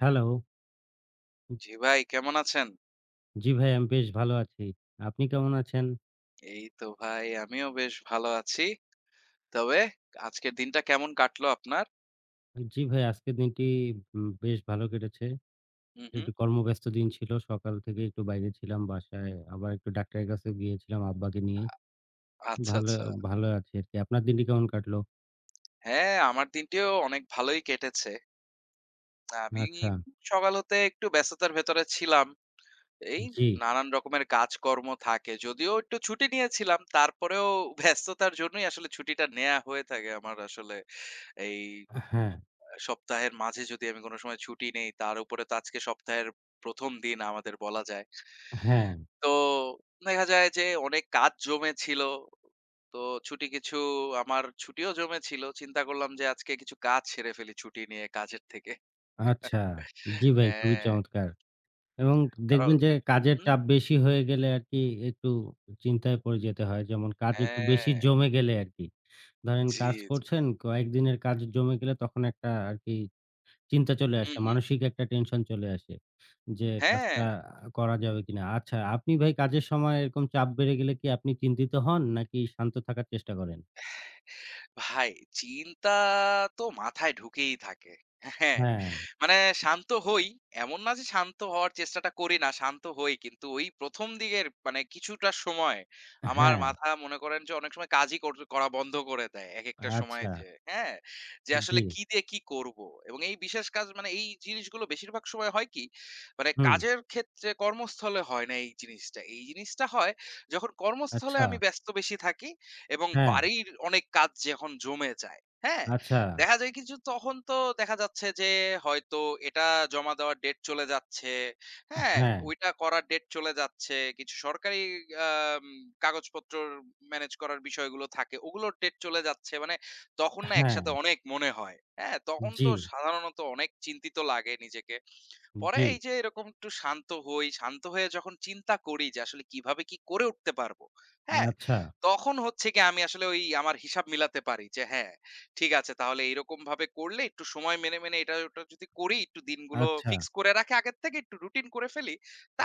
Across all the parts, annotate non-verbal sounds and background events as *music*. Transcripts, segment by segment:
Hello. জি ভাই কেমন আছেন? জি ভাই, আমি বেশ ভালো আছি। আপনি কেমন আছেন? এই তো ভাই আমিও বেশ ভালো আছি। তবে আজকের দিনটা কেমন কাটলো আপনার? জি ভাই, আজকের দিনটি বেশ ভালো কেটেছে। হুম, হুম। একটু কর্মব্যস্ত দিন ছিল। সকাল থেকে একটু বাইরে ছিলাম বাসায়। আবার একটু ডাক্তারের কাছে গিয়েছিলাম আব্বাকে নিয়ে। আচ্ছা, ভালো, আচ্ছা। ভালো আছি আরকি। আপনার দিনটি কেমন কাটলো? হ্যাঁ, আমার দিনটিও অনেক ভালোই কেটেছে। আমি আচ্ছা, সকাল হতে একটু ব্যস্ততার ভেতরে ছিলাম। এই জি। নানান রকমের কাজকর্ম থাকে। যদিও একটু ছুটি নিয়েছিলাম, তারপরেও ব্যস্ততার জন্যই আসলে ছুটিটা নেয়া হয়ে থাকে আমার আসলে। এই হ্যাঁ, সপ্তাহের মাঝে যদি আমি কোনো সময় ছুটি নেই, তার উপরে তো আজকে সপ্তাহের ১ম দিন আমাদের বলা যায়। হ্যাঁ। তো দেখা যায় যে অনেক কাজ জমে ছিল। তো ছুটি কিছু আমার ছুটিও জমে ছিল। চিন্তা করলাম যে আজকে কিছু কাজ সেরে ফেলি ছুটি নিয়ে কাজের থেকে। আচ্ছা। জি ভাই, খুবই হ্যাঁ, চমৎকার। এবং আরো দেখবেন যে হুম, কাজের হুম। চাপ বেশি হয়ে গেলে আরকি একটু চিন্তায় পড়ে যেতে হয়। যেমন কাজ একটু বেশি হ্যাঁ, জমে গেলে আরকি। ধরেন জি, কাজ জি। করছেন, কয়েকদিনের কাজ জমে গেলে তখন একটা আরকি চিন্তা চলে হুম, আসে। হুম। মানসিক একটা টেনশন চলে আসে যে হ্যাঁ। কাজটা করা যাবে কিনা। আচ্ছা, আপনি ভাই কাজের সময় এরকম চাপ বেড়ে গেলে কি আপনি চিন্তিত হন নাকি শান্ত থাকার চেষ্টা করেন? ভাই চিন্তা তো মাথায় ঢুকেই থাকে। হ্যাঁ, হ্যাঁ, মানে শান্ত হই। এমন না যে শান্ত হওয়ার চেষ্টাটা করি না, শান্ত হই। কিন্তু ওই ১ম দিকের মানে কিছুটা সময় আমার হ্যাঁ, মাথা মনে করেন যে অনেক সময় কাজই করা বন্ধ করে দেয় একেকটা সময় আচ্ছা, যেয়ে। হ্যাঁ? যে জি, আসলে কি দিয়ে কি করব? এবং এই বিশেষ কাজ মানে এই জিনিসগুলো বেশিরভাগ সময় হয় কি? মানে হুম, কাজের ক্ষেত্রে কর্মস্থলে হয় না এই জিনিসটা। এই জিনিসটা হয় যখন কর্মস্থলে আচ্ছা, আমি ব্যস্ত বেশি থাকি এবং হ্যাঁ, বাড়ির অনেক কাজ যখন জমে যায়, হ্যাঁ? আচ্ছা, দেখা যায় কিছু তখন তো দেখা যাচ্ছে যে হয়তো এটা জমা দেওয়ার ডেট চলে যাচ্ছে, হ্যাঁ? হ্যাঁ, ওইটা করার ডেট চলে যাচ্ছে। কিছু সরকারি আম কাগজপত্র ম্যানেজ করার বিষয়গুলো থাকে। ওগুলোর ডেট চলে যাচ্ছে। মানে তখন না হ্যাঁ, একসাথে অনেক মনে হয়। হ্যাঁ? তখন জি, তো সাধারণত অনেক চিন্তিত লাগে নিজেকে। পরে জি, এই যে এরকম একটু শান্ত হই, শান্ত হয়ে যখন চিন্তা করি যে আসলে কিভাবে কি করে উঠতে পারবো, হ্যাঁ? আচ্ছা, তখন হচ্ছে গিয়ে আমি আসলে ওই আমার হিসাব মিলাতে পারি যে হ্যাঁ, ঠিক আছে তাহলে এরকমভাবে করলে একটু সময় মেনে, মেনে এটা ওটা যদি করি, একটু দিনগুলো আচ্ছা, ফিক্স করে রাখি আগের থেকে, একটু রুটিন করে ফেলি,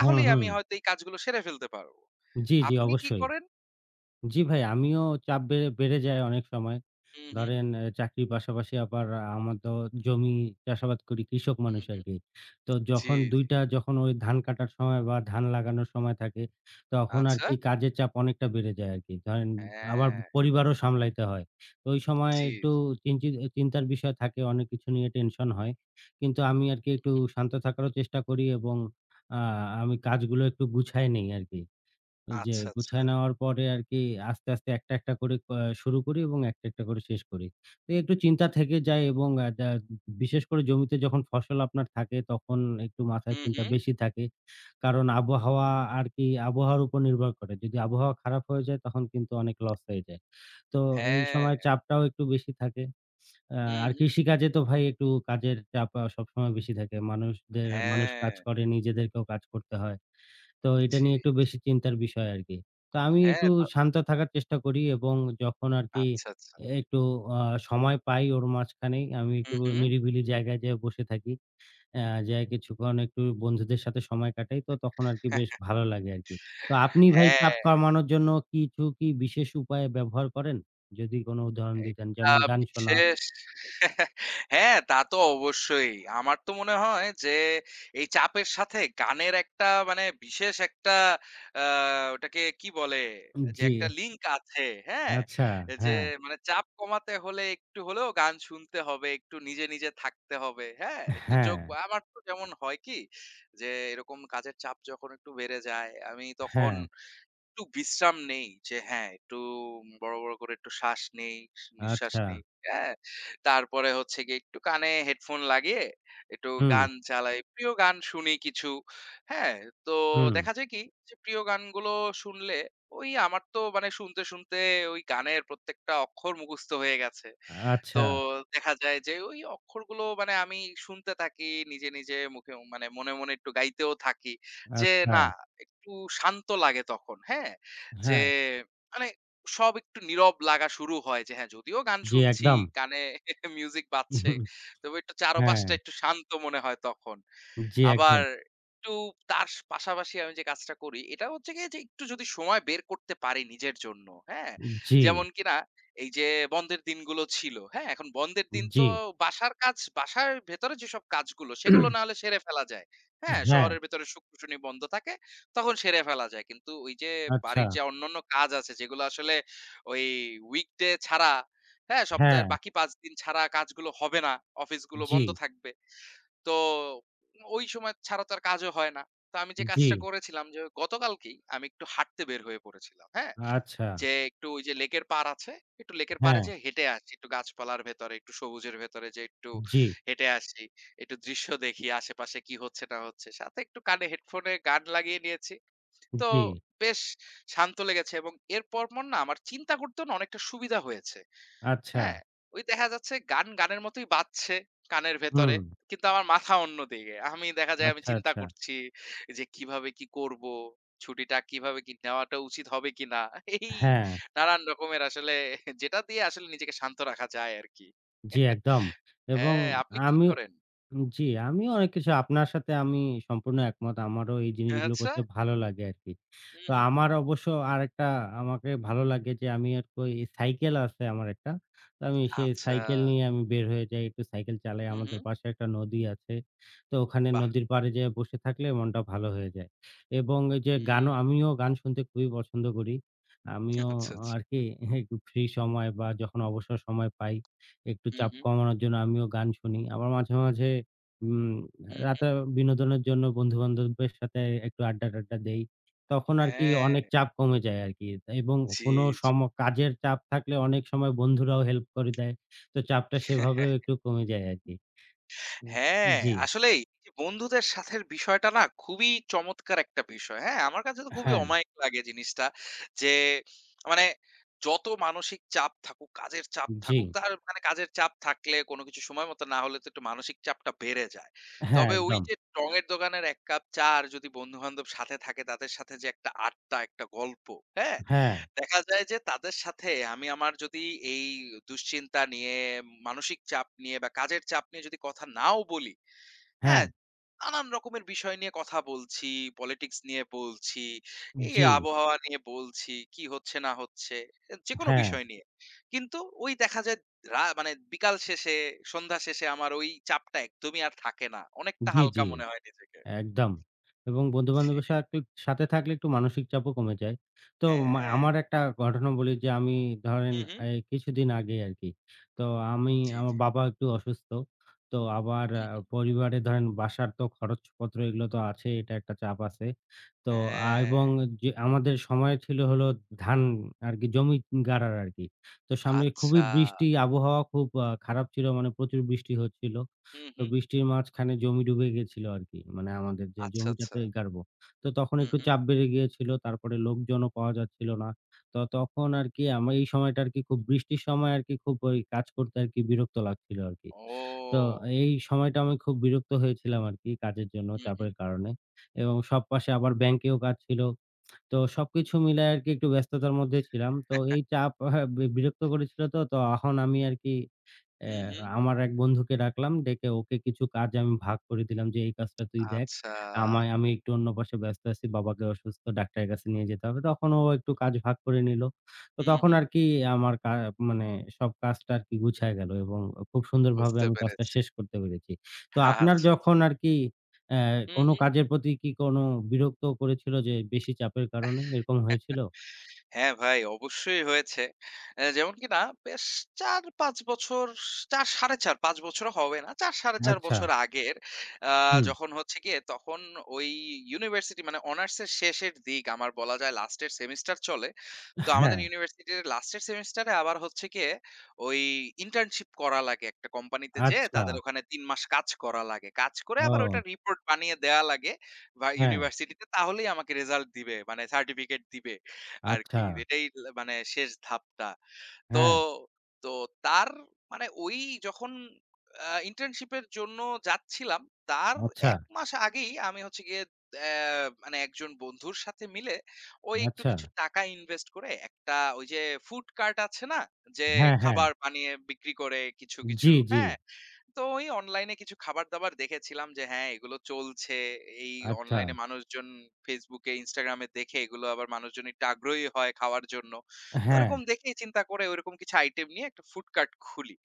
হুম, আমি হুম, হয়তো এই কাজগুলো সেরে ফেলতে পারবো। জি, জি, আপনি কি অবশ্যই। করেন? জি ভাই, আমিও চাপ বেড়ে বেড়ে যায় অনেক সময়। হুম, হুম, ধরেন চাকরির পাশাপাশি আবার আমার তো জমি চাষাবাদ করি, কৃষক হুম, মানুষ হুম। আরকি। তো জি, যখন ২ জি। টা যখন ওই ধান কাটার সময় বা ধান লাগানোর সময় থাকে, তখন আচ্ছা। আরকি কাজের চাপ অনেকটা বেড়ে যায় আরকি। ধরেন আবার হ্যাঁ, পরিবারও সামলাইতে হয়। তো ওই সময় জি, একটু জি। চিন্তি চিন্তার বিষয় থাকে, অনেক কিছু নিয়ে টেনশন হয়। কিন্তু আমি আরকি একটু হুম। শান্ত থাকারও চেষ্টা করি এবং আ আমি কাজগুলো একটু গুছায় নেই আরকি। যে আচ্ছা, আচ্ছা। গুছায় নেওয়ার পরে আরকি আস্তে, আস্তে একটা, একটা করে শুরু করি এবং একটা, একটা করে শেষ করি। তো একটু চিন্তা থেকে যায় এবং আ দা বিশেষ করে জমিতে যখন ফসল আপনার থাকে তখন একটু মাথায় হুম, চিন্তা হুম। বেশি থাকে। কারণ আবহাওয়া আরকি আবহাওয়ার উপর নির্ভর করে। যদি আবহাওয়া খারাপ হয়ে যায় তখন কিন্তু অনেক লস হয়ে যায়। তো এই হ্যাঁ। সময় চাপটাও একটু বেশি থাকে। আ হুম, আর হুম। কৃষিকাজে তো ভাই একটু কাজের চাপ সবসময় বেশি থাকে। মানুষদের মানুষ হ্যাঁ। কাজ করে নিজেদেরকেও কাজ করতে হয়। তো এটা জি, নিয়ে একটু জি। বেশি চিন্তার বিষয় আরকি। তো আমি একটু হ্যাঁ, তা শান্ত থাকার চেষ্টা করি এবং যখন আরকি আচ্ছা, আচ্ছা। একটু আ সময় পাই ওর মাঝখানেই আমি একটু হুম, হুম। নিরিবিলি জায়গায় যেয়ে বসে থাকি। যেয়ে কিছুক্ষণ একটু বন্ধুদের সাথে সময় কাটাই। তো তখন আরকি বেশ ভালো লাগে আরকি। তো আপনি ভাই চাপ হ্যাঁ, কমানোর জন্য কিছু কি বিশেষ উপায় ব্যবহার করেন? যদি কোনো উদাহরণ দিতেন এটা যেমন গান শোনা। বিশেষ হ্যাঁ, তা তো অবশ্যই। আমার তো মনে হয় যে এই চাপের সাথে গানের একটা মানে বিশেষ একটা আ ওটাকে কি বলে? যে জি, একটা লিঙ্ক আছে, হ্যাঁ? আচ্ছা, যে হ্যাঁ, মানে চাপ কমাতে হলে একটু হলেও গান শুনতে হবে, একটু নিজে, নিজে থাকতে হবে, হ্যাঁ? একটু চোখ হ্যাঁ, আমার তো যেমন হয় কি? যে এরকম কাজের চাপ যখন একটু বেড়ে যায়, আমি তখন হ্যাঁ, একটু বিশ্রাম নেই যে হ্যাঁ, একটু বড়, বড় করে একটু শ্বাস নেই, নিঃশ্বাস আচ্ছা, নেই। হ্যাঁ? তারপরে হচ্ছে গিয়ে একটু কানে হেডফোন লাগিয়ে একটু হুম, গান চালাই। প্রিয় গান শুনি কিছু। হ্যাঁ? তো হুম, দেখা যায় কি যে প্রিয় গানগুলো শুনলে ওই আমার তো মানে শুনতে, শুনতে ওই গানের প্রত্যেকটা অক্ষর মুখস্থ হয়ে গেছে। তো আচ্ছা, দেখা যায় যে ওই অক্ষরগুলো মানে আমি শুনতে থাকি নিজে, নিজে মুখে মানে মনে, মনে একটু গাইতেও থাকি। যে আচ্ছা। না একটু শান্ত লাগে তখন, হ্যাঁ? যে হ্যাঁ, মানে সব একটু নীরব লাগা শুরু হয় যে হ্যাঁ, যদিও গান জি, শুনছি, একদম। কানে *laughs* মিউজিক বাজছে। তবে একটু হ্যাঁ, চারপাশটা একটু শান্ত মনে হয় তখন। জি, আবার একদম। একটু তার পাশাপাশি আমি যে কাজটা করি, এটা হচ্ছে গিয়ে যে একটু যদি সময় বের করতে পারি নিজের জন্য, হ্যাঁ? জি, যেমন কিনা এই যে বন্ধের দিনগুলো ছিল, হ্যাঁ? এখন বন্ধের দিন জি। তো বাসার কাজ, বাসার ভেতরে যেসব কাজগুলো সেগুলো না হলে সেরে ফেলা যায়, হ্যাঁ? হ্যাঁ, শহরের ভেতরে শুক্র, শনি বন্ধ থাকে, তখন সেরে ফেলা যায়। কিন্তু ওই যে আচ্ছা। বাড়ির যে অন্যান্য কাজ আছে যেগুলো আসলে ওই উইকডে ছাড়া, হ্যাঁ? হ্যাঁ, সপ্তাহের বাকি ৫ দিন ছাড়া কাজগুলো হবে না, অফিসগুলো জি, বন্ধ থাকবে। তো ওই সময় ছাড়া তো আর কাজও হয় না। তো আমি যে জি, কাজটা করেছিলাম যে গতকালকেই আমি একটু হাঁটতে বের হয়ে পড়েছিলাম। হ্যাঁ? আচ্ছা। যে একটু ওই যে লেকের পাড় আছে। একটু লেকের পাড়ে হ্যাঁ, যেয়ে হেঁটে আসি। একটু গাছপালার ভেতরে, একটু সবুজের ভেতরে যে একটু জি, হেঁটে আসি। একটু দৃশ্য দেখি আশেপাশে কি হচ্ছে না হচ্ছে। সাথে একটু কানে হেডফোনে গান লাগিয়ে নিয়েছি। তো জি, বেশ শান্ত লেগেছে এবং এরপর পর না আমার চিন্তা করতেও না অনেকটা সুবিধা হয়েছে। আচ্ছা। হ্যাঁ, ওই দেখা যাচ্ছে গান গানের মতোই বাজছে কানের হুম, ভেতরে। কিন্তু আমার মাথা অন্যদিকে। আমি দেখা যায় আমি আচ্ছা, চিন্তা আচ্ছা। করছি যে কিভাবে কি করব? ছুটিটা কিভাবে কি নেওয়াটা উচিত হবে কিনা? এই হ্যাঁ, নানান রকমের আসলে যেটা দিয়ে আসলে নিজেকে শান্ত রাখা যায় আরকি। জি, একদম। এবং হ্যাঁ, আপনি কি, কি আমি করেন? জি, আমিও অনেক কিছু আপনার সাথে আমি সম্পূর্ণ একমত। আমারও এই জিনিসগুলো আচ্ছা। করতে ভালো লাগে আরকি। হুম, তো হুম। আমার অবশ্য আরেকটা আমাকে ভালো লাগে যে আমি আর কই সাইকেল আছে আমার একটা। তো আমি সেই আচ্ছা। সাইকেল নিয়ে আমি বের হয়ে যাই, একটু সাইকেল চালাই। হুম, আমাদের হুম। পাশে একটা নদী আছে। তো ওখানে বাহ! নদীর পাড়ে যেয়ে বসে থাকলে মনটা ভালো হয়ে যায়। এবং এই যে হুম, গানও আমিও গান শুনতে খুবই পছন্দ করি। আমিও আচ্ছা, আচ্ছা। আরকি একটু ফ্রি সময় বা যখন অবসর সময় পাই, একটু হুম, চাপ হুম। কমানোর জন্য আমিও গান শুনি। আবার মাঝে, মাঝে উম হুম, হুম। রাতে বিনোদনের জন্য বন্ধু-বান্ধবদের সাথে একটু আড্ডা-টাড্ডা দেই। তখন আরকি হ্যাঁ, অনেক চাপ কমে যায় আরকি। এবং জি, কোনো জি। কাজের চাপ থাকলে অনেক সময় বন্ধুরাও হেল্প করে দেয়। তো চাপটা সেভাবেও একটু কমে যায় আরকি। অ্যা হ্যাঁ, জি, আসলেই যে বন্ধুদের সাথের বিষয়টা না খুবই চমৎকার একটা বিষয়। হ্যাঁ, আমার কাছে তো খুবই হ্যাঁ, অমায়িক লাগে জিনিসটা। যে মানে যত মানসিক চাপ থাকুক, কাজের চাপ জি, থাকুক, তার মানে কাজের চাপ থাকলে কোনো কিছু সময় মতো না হলে তো একটু মানসিক চাপটা বেড়ে যায়। হ্যাঁ, তবে ওই একদম। যে টঙের দোকানের ১ কাপ চা আর যদি বন্ধু-বান্ধব সাথে থাকে তাদের সাথে যে একটা আড্ডা, একটা গল্প, হ্যাঁ? হ্যাঁ, দেখা যায় যে তাদের সাথে আমি আমার যদি এই দুশ্চিন্তা নিয়ে, মানসিক চাপ নিয়ে বা কাজের চাপ নিয়ে যদি কথা নাও বলি, হ্যাঁ, হ্যাঁ? নানান রকমের বিষয় নিয়ে কথা বলছি, পলিটিক্স নিয়ে বলছি, এই জি, আবহাওয়া নিয়ে বলছি, কি হচ্ছে না হচ্ছে, এ যেকোনো হ্যাঁ, বিষয় নিয়ে। কিন্তু ওই দেখা যায় মানে বিকাল শেষে, সন্ধ্যা শেষে আমার ওই চাপটা একদমই আর থাকে না। অনেকটা জি, হালকা জি। মনে হয় নিজেকে। একদম। এবং জি, বন্ধু-বান্ধবের সাথে সাথে থাকলে একটু মানসিক চাপও কমে যায়। তো হ্যাঁ। আমার একটা ঘটনা বলি যে আমি ধরেন হু, হু। এই কিছুদিন আগে আরকি। তো আমি জি, আমার জি। বাবা একটু অসুস্থ। তো আবার হু, হু। পরিবারে ধরেন বাসার তো খরচপত্র এগুলো তো আছে, এটা একটা চাপ আছে। তো হ্যাঁ, এবং যে আমাদের সময় ছিল হলো ধান আরকি জমি গাড়ার আরকি। তো সামনে আচ্ছা। খুবই বৃষ্টি, আবহাওয়া খুব খারাপ ছিল মানে প্রচুর বৃষ্টি হচ্ছিল। হুম, তো হুম। বৃষ্টির মাঝখানে জমি ডুবে গেছিল আরকি। মানে আমাদের যে আচ্ছা, আচ্ছা। জমিটাতে গাড়বো। তো তখন হুম, একটু হুম। চাপ বেড়ে গিয়েছিল। তারপরে লোকজনও পাওয়া যাচ্ছিল না। তো তখন আরকি আমার এই সময়টা আরকি খুব বৃষ্টির সময় আরকি খুব ওই কাজ করতে আরকি বিরক্ত লাগছিল আরকি। তো ও! এই সময়টা আমি খুব বিরক্ত হয়েছিলাম আরকি কাজের জন্য হুম, হুম। চাপের কারণে। এবং সব পাশে আবার ব্যাংকেও কাজ ছিল। তো সবকিছু মিলায় আরকি একটু ব্যস্ততার মধ্যে ছিলাম। তো এই চাপ হ্যাঁ বিরক্ত করেছিল তো এখন আমি আরকি অ্যা হুম, হুম। আমার এক বন্ধুকে ডাকলাম, ডেকে ওকে কিছু কাজ আমি ভাগ করে দিলাম যে, "এই কাজটা তুই দেখ। আচ্ছা। আমি একটু অন্য পাশে ব্যস্ত আছি। বাবাকে অসুস্থ, ডাক্তারের কাছে নিয়ে যেতে হবে।" তখন ও একটু কাজ ভাগ করে নিল। তো হুম, তখন হুম। আরকি আমার কা মানে সব কাজটা আরকি গুছায় গেল এবং খুব সুন্দরভাবে বুঝতে আমি কাজটা পেরেছি। শেষ করতে পেরেছি। তো হ্যাঁ, আপনার আচ্ছা, যখন আচ্ছা। আরকি অ্যা হুম, কোনো হুম। কাজের প্রতি কি কোনো বিরক্ত করেছিল যে, বেশি চাপের কারণে? এরকম হয়েছিল? হ্যাঁ ভাই, অবশ্যই হয়েছে। যেমন কিনা বেশ ৪-৫ বছর ৪ ৪.৫ ৫ বছরও হবে না। ৪, ৪.৫ আচ্ছা। বছর আগের আ হুম। যখন হচ্ছে গিয়ে তখন ওই ইউনিভার্সিটি মানে অনার্সের শেষের দিক আমার বলা যায় লাস্টের সেমিস্টার চলে। তো হ্যাঁ। আমাদের ইউনিভার্সিটির লাস্টের সেমিস্টারে আবার হচ্ছে গিয়ে ওই ইন্টার্নশিপ করা লাগে একটা কোম্পানিতে যেয়ে আচ্ছা। তাদের ওখানে ৩ মাস কাজ করা লাগে। কাজ করে আবার ওইটা ও! রিপোর্ট বানিয়ে দেয়া লাগে বা হ্যাঁ। ইউনিভার্সিটিতে তাহলেই আমাকে রেজাল্ট দিবে। মানে সার্টিফিকেট দিবে। আর আচ্ছা। কি। এটাই মানে শেষ ধাপটা। তো, হ্যাঁ। তো তার মানে ওই যখন ইন্টার্নশিপের জন্য যাচ্ছিলাম, তার আচ্ছা, ১ মাস আগেই আমি হচ্ছে গিয়ে মানে একজন বন্ধুর সাথে মিলে ওই একটু আচ্ছা। কিছু টাকা ইনভেস্ট করে একটা ওই যে ফুড কার্ট আছে না? যে হ্যাঁ, হ্যাঁ। খাবার বানিয়ে বিক্রি করে কিছু, কিছু, জি, জি। হ্যাঁ? তো ওই অনলাইনে কিছু খাবার-দাবার দেখেছিলাম যে হ্যাঁ, এগুলো চলছে। এই আচ্ছা। অনলাইনে মানুষজন Facebook এ, Instagram এ দেখে এগুলো আবার মানুষজন একটু আগ্রহী হয় খাওয়ার জন্য। তো হ্যাঁ, ওরকম দেখেই চিন্তা করে ওরকম কিছু আইটেম নিয়ে একটা ফুড কার্ট খুলি।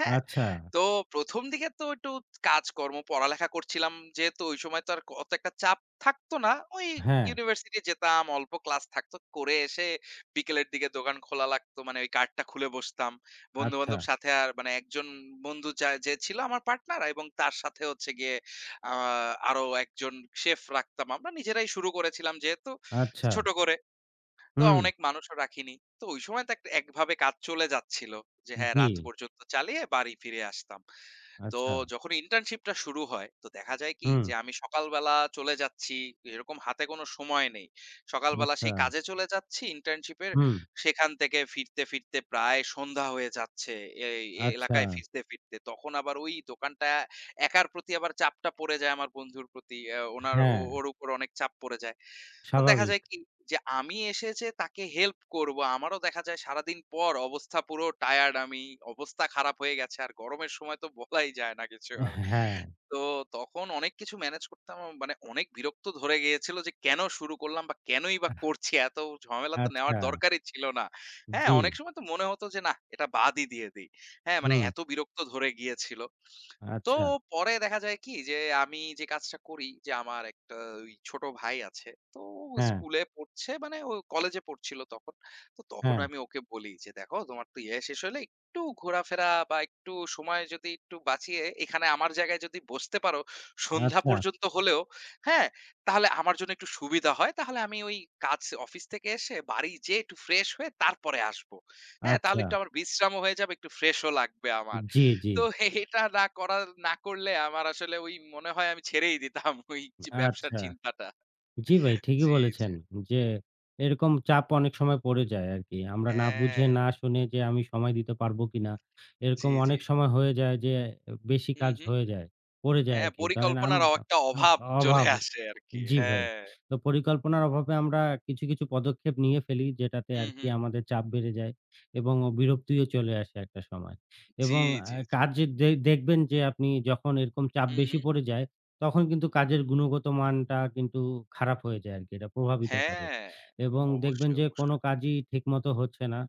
হ্যাঁ? আচ্ছা। তো ১ম দিকে তো একটু কাজকর্ম, পড়ালেখা করছিলাম যেহেতু ওই সময় তো আর অত একটা চাপ থাকতো না। ওই হ্যাঁ, ইউনিভার্সিটি যেতাম, অল্প ক্লাস থাকতো। করে এসে বিকেলের দিকে দোকান খোলা লাগতো। মানে ওই কার্টটা খুলে বসতাম। আচ্ছা, বন্ধু-বান্ধব সাথে আর মানে একজন বন্ধু যে ছিল আমার পার্টনার এবং তার সাথে হচ্ছে গিয়ে আ আরো একজন শেফ রাখতাম। আমরা নিজেরাই শুরু করেছিলাম যেহেতু আচ্ছা। ছোট করে। তো হুম, অনেক মানুষও রাখিনি। তো ওই সময় তো একটা একভাবে কাজ চলে যাচ্ছিল। যে হ্যাঁ, জি। রাত পর্যন্ত চালিয়ে বাড়ি ফিরে আসতাম। তো আচ্ছা, যখন ইন্টার্নশিপটা শুরু হয় তো দেখা যায় কি হুম, যে আমি সকালবেলা চলে যাচ্ছি এরকম হাতে কোনো সময় নেই সকালবেলা আচ্ছা, সেই কাজে চলে যাচ্ছি ইন্টার্নশিপের হুম, সেখান থেকে ফিরতে ফিরতে প্রায় সন্ধ্যা হয়ে যাচ্ছে এই এই আচ্ছা। এলাকায় ফিরতে ফিরতে তখন আবার ওই দোকানটা একার প্রতি আবার চাপটা পড়ে যায় আমার বন্ধুর প্রতি আহ, হ্যাঁ, ওর উপর অনেক চাপ পড়ে যায় তো দেখা স্বাভাবিক। যায় কি যে আমি এসে যে তাকে হেল্প করব। আমারও দেখা যায় সারাদিন পর অবস্থা পুরো টায়ার্ড আমি। অবস্থা খারাপ হয়ে গেছে। আর গরমের সময় তো বলাই যায় না কিছু আর। হ্যাঁ, তো তখন অনেক কিছু ম্যানেজ করতে আমার মানে অনেক বিরক্ত ধরে গিয়েছিল যে কেন শুরু করলাম বা কেনই বা আহ করছি? এত ঝামেলা তো নেওয়ার আচ্ছা। দরকারই ছিল না। হ্যাঁ, জি, অনেক সময় তো মনে হতো যে না এটা বাদই দিয়ে দেই। হ্যাঁ, মানে হুম, এত বিরক্ত ধরে গিয়েছিল। তো আচ্ছা। পরে দেখা যায় কি যে আমি যে কাজটা করি যে আমার একটা ওই ছোট ভাই আছে তো ও হ্যাঁ, স্কুলে পড়ছে মানে ও কলেজে পড়ছিল তখন তো তখন হ্যাঁ, আমি ওকে বলি যে দেখো তোমার তো ইয়ে শেষ হলে একটু ঘোরাফেরা বা একটু সময় যদি একটু বাঁচিয়ে এখানে আমার জায়গায় যদি বসতে পারো সন্ধ্যা আচ্ছা, পর্যন্ত হলেও হ্যাঁ তাহলে আমার জন্য একটু সুবিধা হয় তাহলে আমি ওই কাজ অফিস থেকে এসে বাড়ি যেয়ে একটু ফ্রেশ হয়ে তারপরে আসবো হ্যাঁ তাহলে আচ্ছা। একটু আমার বিশ্রামও হয়ে যাবে একটু ফ্রেশও লাগবে আমার জি, জি। তো এটা না করা না করলে আমার আসলে ওই মনে হয় আমি ছেড়েই দিতাম *laughs* ওই যে ব্যবসার আচ্ছা। চিন্তাটা। জি ভাই, ঠিকই জি, জি। বলেছেন যে এরকম চাপ অনেক সময় পড়ে যায় আরকি। আমরা না বুঝে হ্যাঁ, না শুনে যে আমি সময় দিতে পারবো কিনা, এরকম জি, জি। অনেক সময় হয়ে যায় যে বেশি হুম, কাজ হুম। হয়ে যায়, পড়ে যায় হ্যাঁ, আরকি। ধরেন পরিকল্পনার আমরা একটা অ অভাব চলে অভাব আসে আরকি। জি ভাই। হ্যাঁ। তো পরিকল্পনার অভাবে আমরা কিছু, কিছু পদক্ষেপ নিয়ে ফেলি যেটাতে হুম, আরকি হুম। আমাদের চাপ বেড়ে যায় এবং বিরক্তিও চলে আসে একটা সময়। জি, এবং আ জি, জি। কাজ দে দেখবেন যে আপনি যখন এরকম চাপ হুম, বেশি হুম। পড়ে যায়, তখন কিন্তু কাজের গুণগত মানটা কিন্তু খারাপ হয়ে যায় আরকি। এটা প্রভাবিত করে। হ্যাঁ, এবং দেখবেন অবশ্যই, যে কোনো অবশ্যই। কাজই ঠিকমতো হচ্ছে না।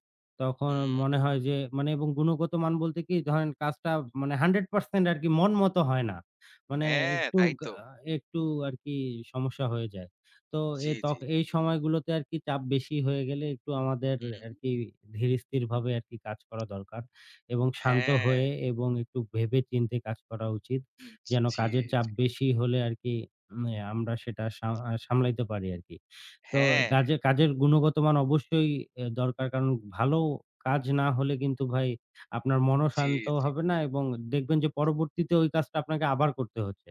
তখন হুম, মনে হয় যে মানে এবং গুণগত মান বলতে কি ধরেন কাজটা মানে 100% আরকি মন মতো হয় না। মানে হ্যাঁ, একটু তাই গা তো। একটু আরকি সমস্যা হয়ে যায়। তো এ জি, তখ জি। এই সময়গুলোতে আরকি চাপ বেশি হয়ে গেলে একটু আমাদের হুম, আরকি ধীরস্থিরভাবে আরকি কাজ করা দরকার এবং শান্ত হ্যাঁ। হয়ে এবং একটু ভেবেচিন্তে কাজ করা উচিত। হুম, যেন জি, কাজের চাপ জি। বেশি হলে আরকি উম আমরা সেটা সা আ সামলাইতে পারি আরকি। তো হ্যাঁ, কাজের গুণগত মান অবশ্যই দরকার। কারণ ভালো কাজ না হলে কিন্তু ভাই আপনার মনও জি, শান্ত জি। হবে না এবং দেখবেন যে পরবর্তীতে ওই কাজটা আপনাকে আবার করতে হচ্ছে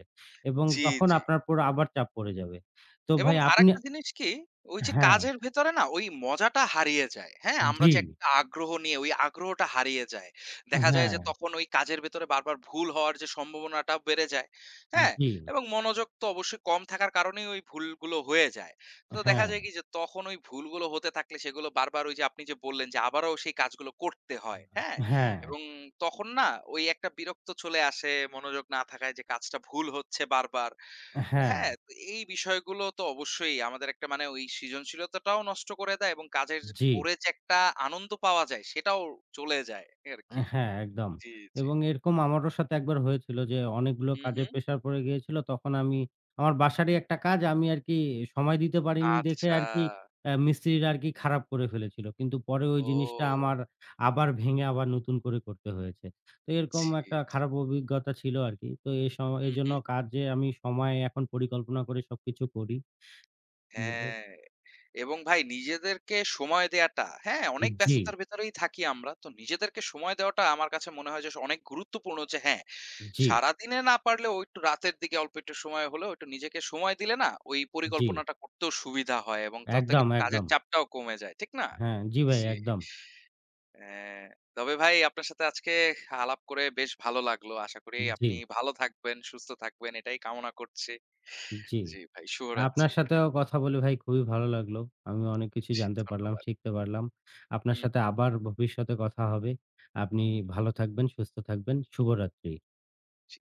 এবং জি, তখন জি। আপনার উপর আবার চাপ পড়ে যাবে। তো এবং ভাই আপনি আরেকটা জিনিস কি, ওই যে হ্যাঁ, কাজের ভেতরে না ওই মজাটা হারিয়ে যায়। হ্যাঁ? আমরা জি, যে একটা আগ্রহ নিয়ে ওই আগ্রহটা হারিয়ে যায়। দেখা যায় হ্যাঁ, যে তখন ওই কাজের ভেতরে বারবার ভুল হওয়ার যে সম্ভাবনাটা বেড়ে যায়। হ্যাঁ? জি, এবং মনোযোগ তো অবশ্যই কম থাকার কারণেই ওই ভুলগুলো হয়ে যায়। তো দেখা হ্যাঁ, যায় কি যে তখন ওই ভুলগুলো হতে থাকলে সেগুলো বারবার ওই যে আপনি যে বললেন যে আবারও সেই কাজগুলো করতে হয়। হ্যাঁ? হ্যাঁ, এবং তখন না ওই একটা বিরক্ত চলে আসে মনোযোগ না থাকায় যে কাজটা ভুল হচ্ছে বারবার। হ্যাঁ, হ্যাঁ, তো এই বিষয়গুলো তো অবশ্যই আমাদের একটা মানে ওই সৃজনশীলতাটাও নষ্ট করে দেয় এবং কাজের যে জি। করে যে একটা আনন্দ পাওয়া যায় সেটাও চলে যায় আরকি। হ্যাঁ, একদম। জি, জি। এবং এরকম আমারও সাথে একবার হয়েছিল যে, অনেকগুলো হুম, কাজের হুম। প্রেশার পড়ে গিয়েছিল। তখন আমি আমার বাসারই একটা কাজ আমি আরকি সময় দিতে পারিনি দেখে আচ্ছা। আরকি মিস্ত্রিরা আরকি খারাপ করে ফেলেছিল। কিন্তু পরে ওই জিনিসটা ও! আমার আবার ভেঙে আবার নতুন করে করতে হয়েছে। তো এরকম জি, একটা জি। খারাপ অভিজ্ঞতা ছিল আরকি। তো এ স হুম, এজন্য হুম। কাজে আমি সময় এখন পরিকল্পনা করে সবকিছু করি। উম এ হ্যাঁ। এবং ভাই নিজেদেরকে সময় দেয়াটা, হ্যাঁ, অনেক জি, ব্যস্ততার ভেতরেই থাকি আমরা। তো নিজেদেরকে সময় দেওয়াটা আমার কাছে মনে হয় যে অনেক গুরুত্বপূর্ণ যে হ্যাঁ জি, সারাদিনে না পারলেও একটু রাতের দিকে অল্প একটু সময় হলেও একটু নিজেকে সময় দিলে না ওই জি। পরিকল্পনাটা করতেও সুবিধা হয় এবং তাতে একদম, কিন্তু কাজের একদম। চাপটাও কমে যায়। ঠিক না? হ্যাঁ, জি ভাই জি। একদম। হ্যাঁ, তবে ভাই আপনার সাথে আজকে আলাপ করে বেশ ভালো লাগলো। আশা করি জি, আপনি ভালো থাকবেন, সুস্থ থাকবেন এটাই কামনা করছি। জি। জি ভাই আপনার শুভরাত্রি। সাথেও কথা বলে ভাই খুবই ভালো লাগলো। আমি অনেক কিছু জি জানতে পারলাম, ধন্যবাদ। শিখতে পারলাম। আপনার হুম, সাথে হুম। আবার ভবিষ্যতে কথা হবে। আপনি ভালো থাকবেন, সুস্থ থাকবেন। শুভরাত্রি। জি।